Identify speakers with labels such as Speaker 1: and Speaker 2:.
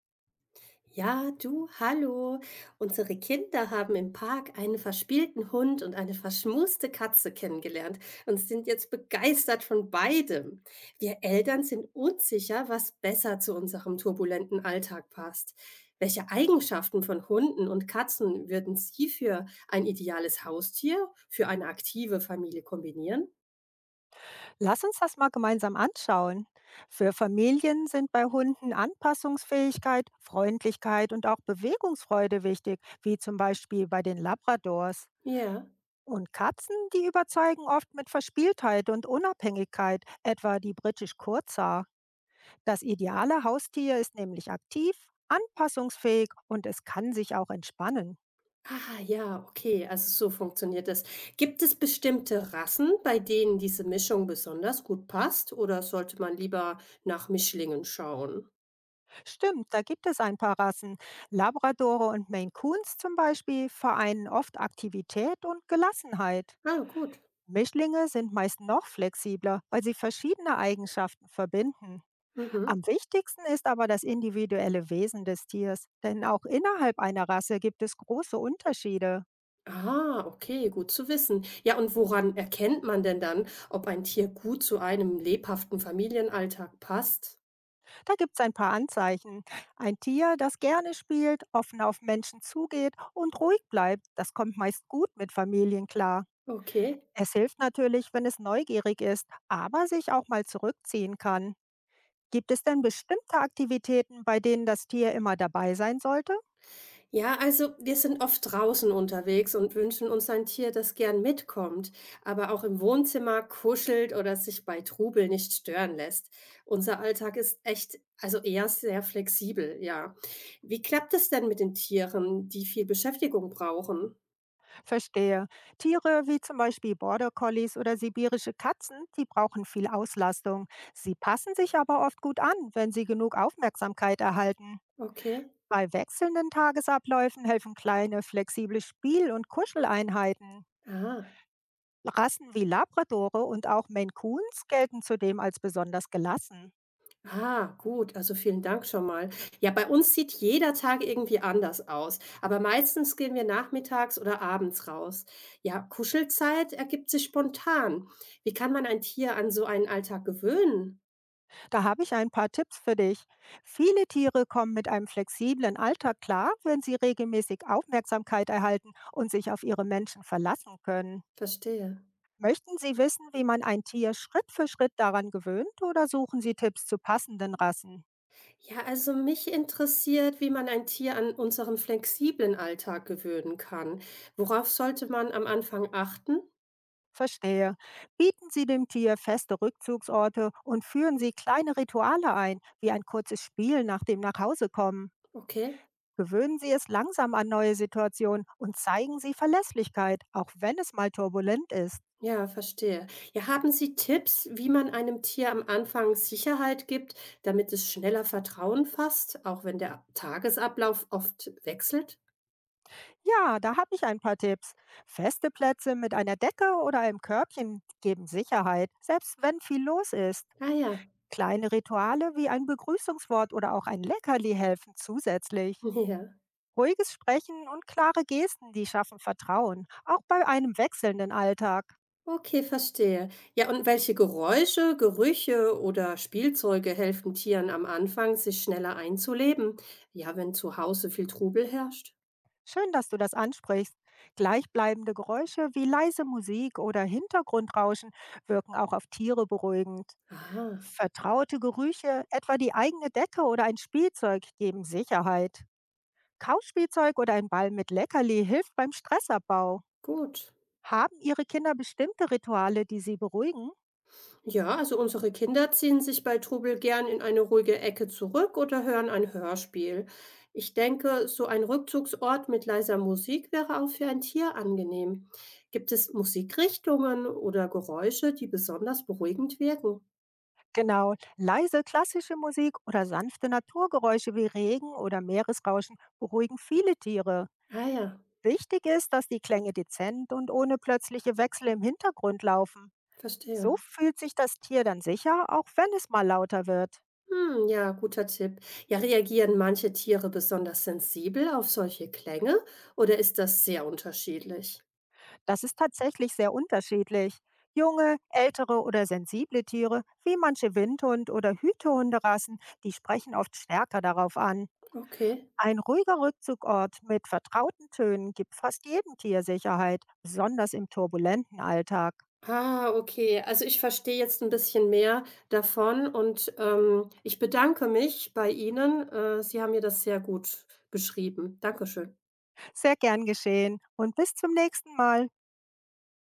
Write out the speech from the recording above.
Speaker 1: Ja, du, hallo. Unsere Kinder haben im Park einen verspielten Hund und eine verschmuste Katze kennengelernt und sind jetzt begeistert von beidem. Wir Eltern sind unsicher, was besser zu unserem turbulenten Alltag passt. Welche Eigenschaften von Hunden und Katzen würden Sie für ein ideales Haustier, für eine aktive Familie kombinieren?
Speaker 2: Lass uns das mal gemeinsam anschauen. Für Familien sind bei Hunden Anpassungsfähigkeit, Freundlichkeit und auch Bewegungsfreude wichtig, wie zum Beispiel bei den Labradors.
Speaker 1: Ja.
Speaker 2: Und Katzen, die überzeugen oft mit Verspieltheit und Unabhängigkeit, etwa die British Kurzhaar. Das ideale Haustier ist nämlich aktiv, anpassungsfähig und es kann sich auch entspannen.
Speaker 1: Ah, ja, okay, also so funktioniert das. Gibt es bestimmte Rassen, bei denen diese Mischung besonders gut passt, oder sollte man lieber nach Mischlingen schauen?
Speaker 2: Stimmt, da gibt es ein paar Rassen. Labradore und Maine Coons zum Beispiel vereinen oft Aktivität und Gelassenheit.
Speaker 1: Ah, gut.
Speaker 2: Mischlinge sind meist noch flexibler, weil sie verschiedene Eigenschaften verbinden.
Speaker 1: Mhm.
Speaker 2: Am wichtigsten ist aber das individuelle Wesen des Tiers, denn auch innerhalb einer Rasse gibt es große Unterschiede.
Speaker 1: Ah, okay, gut zu wissen. Ja, und woran erkennt man denn dann, ob ein Tier gut zu einem lebhaften Familienalltag passt?
Speaker 2: Da gibt es ein paar Anzeichen. Ein Tier, das gerne spielt, offen auf Menschen zugeht und ruhig bleibt, das kommt meist gut mit Familien klar.
Speaker 1: Okay.
Speaker 2: Es hilft natürlich, wenn es neugierig ist, aber sich auch mal zurückziehen kann. Gibt es denn bestimmte Aktivitäten, bei denen das Tier immer dabei sein sollte?
Speaker 1: Ja, also wir sind oft draußen unterwegs und wünschen uns ein Tier, das gern mitkommt, aber auch im Wohnzimmer kuschelt oder sich bei Trubel nicht stören lässt. Unser Alltag ist echt, also eher sehr flexibel, ja. Wie klappt es denn mit den Tieren, die viel Beschäftigung brauchen?
Speaker 2: Verstehe. Tiere wie zum Beispiel Border Collies oder sibirische Katzen, die brauchen viel Auslastung. Sie passen sich aber oft gut an, wenn sie genug Aufmerksamkeit erhalten.
Speaker 1: Okay.
Speaker 2: Bei wechselnden Tagesabläufen helfen kleine, flexible Spiel- und Kuscheleinheiten.
Speaker 1: Ah.
Speaker 2: Rassen wie Labradore und auch Maine Coons gelten zudem als besonders gelassen.
Speaker 1: Ah, gut, also vielen Dank schon mal. Ja, bei uns sieht jeder Tag irgendwie anders aus, aber meistens gehen wir nachmittags oder abends raus. Ja, Kuschelzeit ergibt sich spontan. Wie kann man ein Tier an so einen Alltag gewöhnen?
Speaker 2: Da habe ich ein paar Tipps für dich. Viele Tiere kommen mit einem flexiblen Alltag klar, wenn sie regelmäßig Aufmerksamkeit erhalten und sich auf ihre Menschen verlassen können.
Speaker 1: Verstehe.
Speaker 2: Möchten Sie wissen, wie man ein Tier Schritt für Schritt daran gewöhnt oder suchen Sie Tipps zu passenden Rassen?
Speaker 1: Ja, also mich interessiert, wie man ein Tier an unseren flexiblen Alltag gewöhnen kann. Worauf sollte man am Anfang achten?
Speaker 2: Verstehe. Bieten Sie dem Tier feste Rückzugsorte und führen Sie kleine Rituale ein, wie ein kurzes Spiel nach dem Nachhausekommen.
Speaker 1: Okay.
Speaker 2: Gewöhnen Sie es langsam an neue Situationen und zeigen Sie Verlässlichkeit, auch wenn es mal turbulent ist.
Speaker 1: Ja, verstehe. Ja, haben Sie Tipps, wie man einem Tier am Anfang Sicherheit gibt, damit es schneller Vertrauen fasst, auch wenn der Tagesablauf oft wechselt?
Speaker 2: Ja, da habe ich ein paar Tipps. Feste Plätze mit einer Decke oder einem Körbchen geben Sicherheit, selbst wenn viel los ist.
Speaker 1: Ah ja,
Speaker 2: Kleine Rituale wie ein Begrüßungswort oder auch ein Leckerli helfen zusätzlich.
Speaker 1: ja.
Speaker 2: Ruhiges Sprechen und klare Gesten, die schaffen Vertrauen, auch bei einem wechselnden Alltag.
Speaker 1: Okay, verstehe. Ja, und welche Geräusche, Gerüche oder Spielzeuge helfen Tieren am Anfang, sich schneller einzuleben? Ja, wenn zu Hause viel Trubel herrscht.
Speaker 2: Schön, dass du das ansprichst. Gleichbleibende Geräusche wie leise Musik oder Hintergrundrauschen wirken auch auf Tiere beruhigend.
Speaker 1: Ah,
Speaker 2: Vertraute Gerüche, etwa die eigene Decke oder ein Spielzeug, geben Sicherheit. Kauspielzeug oder ein Ball mit Leckerli hilft beim Stressabbau.
Speaker 1: gut.
Speaker 2: Haben Ihre Kinder bestimmte Rituale, die sie beruhigen?
Speaker 1: Ja, also unsere Kinder ziehen sich bei Trubel gern in eine ruhige Ecke zurück oder hören ein Hörspiel. Ich denke, so ein Rückzugsort mit leiser Musik wäre auch für ein Tier angenehm. Gibt es Musikrichtungen oder Geräusche, die besonders beruhigend wirken?
Speaker 2: Genau, leise klassische Musik oder sanfte Naturgeräusche wie Regen oder Meeresrauschen beruhigen viele Tiere.
Speaker 1: Ah ja,
Speaker 2: Wichtig ist, dass die Klänge dezent und ohne plötzliche Wechsel im Hintergrund laufen. So
Speaker 1: verstehe.
Speaker 2: fühlt sich das Tier dann sicher, auch wenn es mal lauter wird.
Speaker 1: Hm, ja, guter Tipp. Ja, reagieren manche Tiere besonders sensibel auf solche Klänge oder ist das sehr unterschiedlich?
Speaker 2: Das ist tatsächlich sehr unterschiedlich. Junge, ältere oder sensible Tiere, wie manche Windhund- oder Hütehunderassen, die sprechen oft stärker darauf an.
Speaker 1: Okay.
Speaker 2: Ein ruhiger Rückzugort mit vertrauten Tönen gibt fast jedem Tier Sicherheit, besonders im turbulenten Alltag.
Speaker 1: Ah, okay. Also, ich verstehe jetzt ein bisschen mehr davon und ich bedanke mich bei Ihnen. Sie haben mir das sehr gut beschrieben. Dankeschön.
Speaker 2: Sehr gern geschehen und bis zum nächsten Mal.